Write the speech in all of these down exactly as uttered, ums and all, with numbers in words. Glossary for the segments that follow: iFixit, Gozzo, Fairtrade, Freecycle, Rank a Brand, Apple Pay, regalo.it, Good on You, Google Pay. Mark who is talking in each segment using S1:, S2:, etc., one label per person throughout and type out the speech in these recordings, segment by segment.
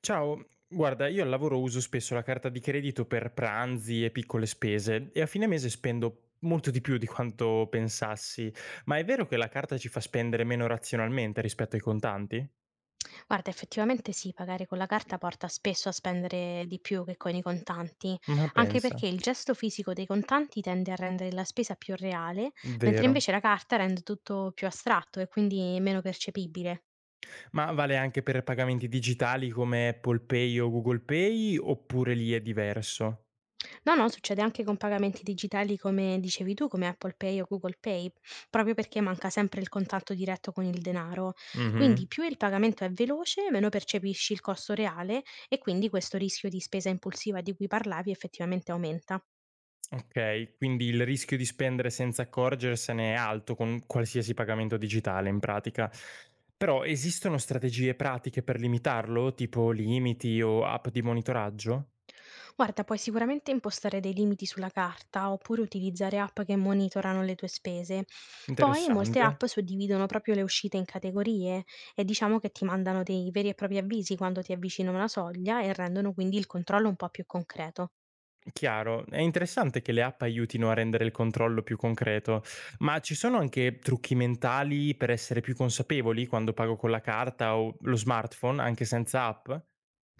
S1: Ciao, guarda, io al lavoro uso spesso la carta di credito per pranzi e piccole spese e a fine mese spendo molto di più di quanto pensassi, ma è vero che la carta ci fa spendere meno razionalmente rispetto ai contanti?
S2: Guarda, effettivamente sì, pagare con la carta porta spesso a spendere di più che con i contanti,
S1: Ma
S2: anche
S1: pensa,
S2: perché il gesto fisico dei contanti tende a rendere la spesa più reale, mentre
S1: vero.
S2: invece la carta rende tutto più astratto e quindi meno percepibile.
S1: Ma vale anche per pagamenti digitali come Apple Pay o Google Pay oppure lì è diverso?
S2: No, no, succede anche con pagamenti digitali come dicevi tu, come Apple Pay o Google Pay, proprio perché manca sempre il contatto diretto con il denaro. Quindi
S1: Mhm.
S2: più il pagamento è veloce, meno percepisci il costo reale e quindi questo rischio di spesa impulsiva di cui parlavi effettivamente aumenta.
S1: Okay, quindi il rischio di spendere senza accorgersene è alto con qualsiasi pagamento digitale in pratica. Però esistono strategie pratiche per limitarlo, tipo limiti o app di monitoraggio?
S2: Guarda, puoi sicuramente impostare dei limiti sulla carta oppure utilizzare app che monitorano le tue spese. Poi molte
S1: Interessante.
S2: app suddividono proprio le uscite in categorie e diciamo che ti mandano dei veri e propri avvisi quando ti avvicini a una soglia e rendono quindi il controllo un po' più concreto.
S1: Chiaro, è interessante che le app aiutino a rendere il controllo più concreto, ma ci sono anche trucchi mentali per essere più consapevoli quando pago con la carta o lo smartphone anche senza app?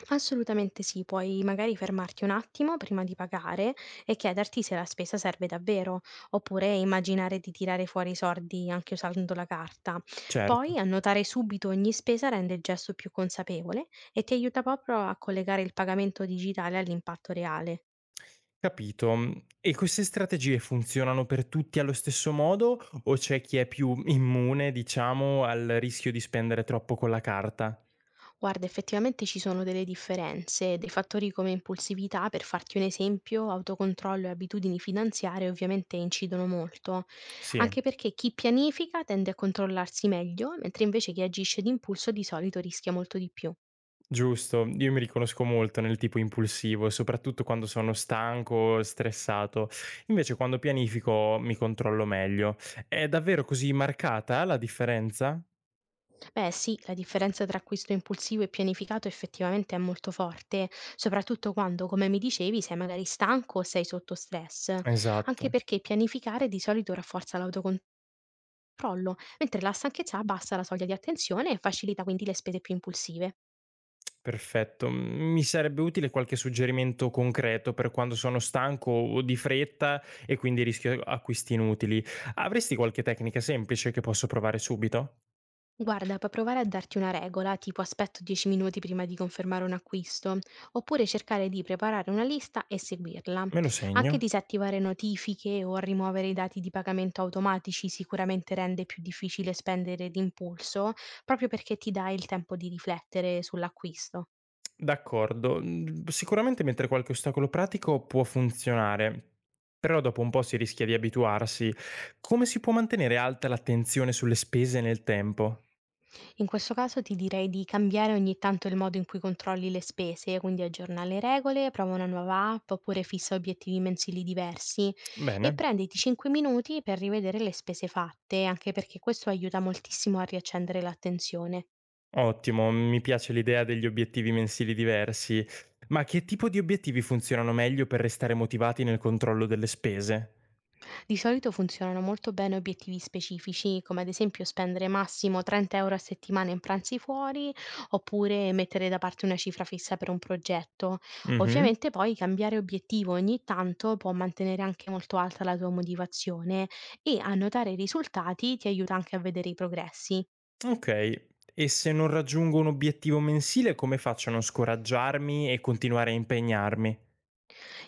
S2: Assolutamente sì, puoi magari fermarti un attimo prima di pagare e chiederti se la spesa serve davvero, oppure immaginare di tirare fuori i soldi anche usando la carta. Poi
S1: Certo.
S2: annotare subito ogni spesa rende il gesto più consapevole e ti aiuta proprio a collegare il pagamento digitale all'impatto reale.
S1: Capito. Mhmm, e queste strategie funzionano per tutti allo stesso modo o c'è chi è più immune, diciamo, al rischio di spendere troppo con la carta?
S2: Guarda, effettivamente ci sono delle differenze, dei fattori come impulsività, per farti un esempio, autocontrollo e abitudini finanziarie ovviamente incidono molto, anche
S1: Sì,
S2: perché chi pianifica tende a controllarsi meglio, mentre invece chi agisce d'impulso di solito rischia molto di più.
S1: giusto. Io mi riconosco molto nel tipo impulsivo, soprattutto quando sono stanco, stressato. Invece quando pianifico mi controllo meglio. È davvero così marcata la differenza?
S2: Beh sì, la differenza tra acquisto impulsivo e pianificato effettivamente è molto forte, soprattutto quando, come mi dicevi, sei magari stanco o sei sotto stress, anche
S1: Esatto.
S2: perché pianificare di solito rafforza l'autocontrollo Crollo, mentre la stanchezza abbassa la soglia di attenzione e facilita quindi le spese più impulsive.
S1: Perfetto. Mi sarebbe utile qualche suggerimento concreto per quando sono stanco o di fretta e quindi rischio acquisti inutili. Avresti qualche tecnica semplice che posso provare subito?
S2: Guarda, puoi provare a darti una regola, tipo aspetto dieci minuti prima di confermare un acquisto, oppure cercare di preparare una lista e seguirla.
S1: Me lo
S2: Anche
S1: segno.
S2: disattivare notifiche o rimuovere i dati di pagamento automatici sicuramente rende più difficile spendere d'impulso, proprio perché ti dà il tempo di riflettere sull'acquisto.
S1: D'accordo. Mm, sicuramente mettere qualche ostacolo pratico può funzionare, però dopo un po' si rischia di abituarsi. Come si può mantenere alta l'attenzione sulle spese nel tempo?
S2: In questo caso ti direi di cambiare ogni tanto il modo in cui controlli le spese, quindi aggiorna le regole, prova una nuova app oppure fissa obiettivi mensili diversi e
S1: Bene.
S2: prenditi cinque minuti per rivedere le spese fatte, anche perché questo aiuta moltissimo a riaccendere l'attenzione.
S1: Ottimo, mi piace l'idea degli obiettivi mensili diversi. Ma che tipo di obiettivi funzionano meglio per restare motivati nel controllo delle spese?
S2: Di solito funzionano molto bene obiettivi specifici, come ad esempio spendere massimo trenta euro a settimana in pranzi fuori, oppure mettere da parte una cifra fissa per un progetto.
S1: Mhm.
S2: Ovviamente poi cambiare obiettivo ogni tanto può mantenere anche molto alta la tua motivazione e annotare i risultati ti aiuta anche a vedere i progressi.
S1: Ok. E se non raggiungo un obiettivo mensile, come faccio a non scoraggiarmi e continuare a impegnarmi?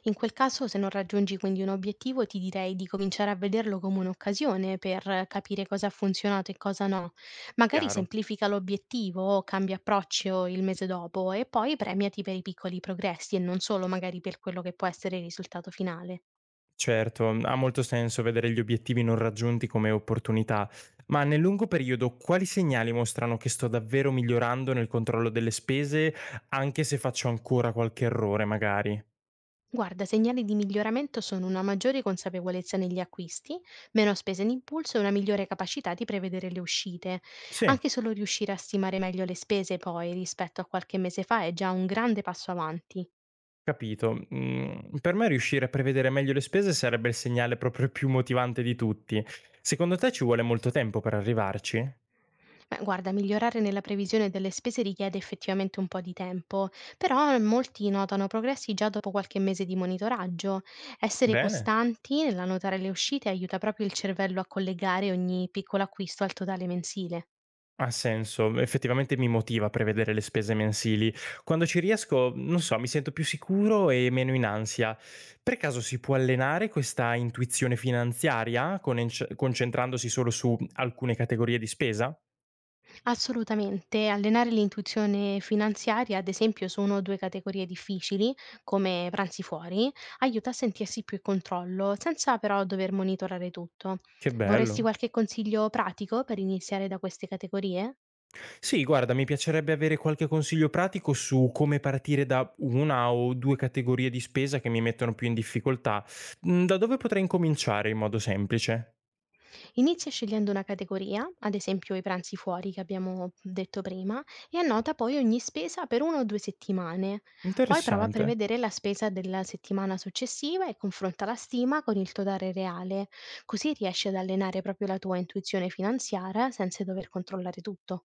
S2: In quel caso, se non raggiungi quindi un obiettivo, ti direi di cominciare a vederlo come un'occasione per eh, capire cosa ha funzionato e cosa no. Magari
S1: Chiaro.
S2: semplifica l'obiettivo o cambia approccio il mese dopo e poi premiati per i piccoli progressi e non solo magari per quello che può essere il risultato finale.
S1: Certo, ha molto senso vedere gli obiettivi non raggiunti come opportunità, ma nel lungo periodo quali segnali mostrano che sto davvero migliorando nel controllo delle spese, anche se faccio ancora qualche errore, magari?
S2: Guarda, segnali di miglioramento sono una maggiore consapevolezza negli acquisti, meno spese in impulso e una migliore capacità di prevedere le uscite.
S1: Sì.
S2: Anche solo riuscire a stimare meglio le spese poi rispetto a qualche mese fa è già un grande passo avanti.
S1: Capito. Mhmm, per me riuscire a prevedere meglio le spese sarebbe il segnale proprio più motivante di tutti. Secondo te ci vuole molto tempo per arrivarci?
S2: Beh, guarda, migliorare nella previsione delle spese richiede effettivamente un po' di tempo, però molti notano progressi già dopo qualche mese di monitoraggio. Essere
S1: Bene.
S2: costanti nell'annotare le uscite aiuta proprio il cervello a collegare ogni piccolo acquisto al totale mensile.
S1: Ha senso, effettivamente mi motiva prevedere le spese mensili. Quando ci riesco, non so, mi sento più sicuro e meno in ansia. Per caso si può allenare questa intuizione finanziaria, conenc concentrandosi solo su alcune categorie di spesa?
S2: Assolutamente, allenare l'intuizione finanziaria, ad esempio, su uno o due categorie difficili, come pranzi fuori, aiuta a sentirsi più in controllo, senza però dover monitorare tutto.
S1: Che
S2: Vorresti
S1: bello.
S2: qualche consiglio pratico per iniziare da queste categorie?
S1: Sì, guarda, mi piacerebbe avere qualche consiglio pratico su come partire da una o due categorie di spesa che mi mettono più in difficoltà. Mhmm, da dove potrei incominciare in modo semplice?
S2: Inizia scegliendo una categoria, ad esempio i pranzi fuori che abbiamo detto prima, e annota poi ogni spesa per una o due settimane. Poi prova a
S1: Interessante.
S2: prevedere la spesa della settimana successiva e confronta la stima con il totale reale, così riesci ad allenare proprio la tua intuizione finanziaria senza dover controllare tutto.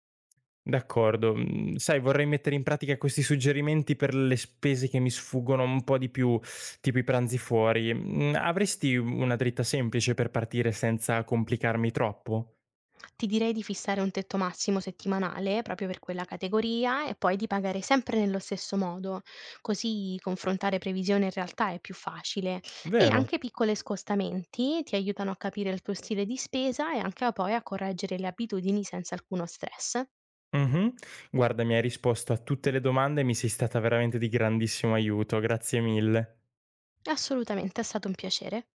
S1: D'accordo. Mhmm, sai, vorrei mettere in pratica questi suggerimenti per le spese che mi sfuggono un po' di più, tipo i pranzi fuori. Mhmm, avresti una dritta semplice per partire senza complicarmi troppo?
S2: Ti direi di fissare un tetto massimo settimanale proprio per quella categoria e poi di pagare sempre nello stesso modo, così confrontare previsione e realtà è più facile e
S1: Vero?
S2: anche piccoli scostamenti ti aiutano a capire il tuo stile di spesa e anche a poi a correggere le abitudini senza alcuno stress.
S1: Mh-mh. Guarda, mi hai risposto a tutte le domande e mi sei stata veramente di grandissimo aiuto. Grazie mille.
S2: Assolutamente, è stato un piacere.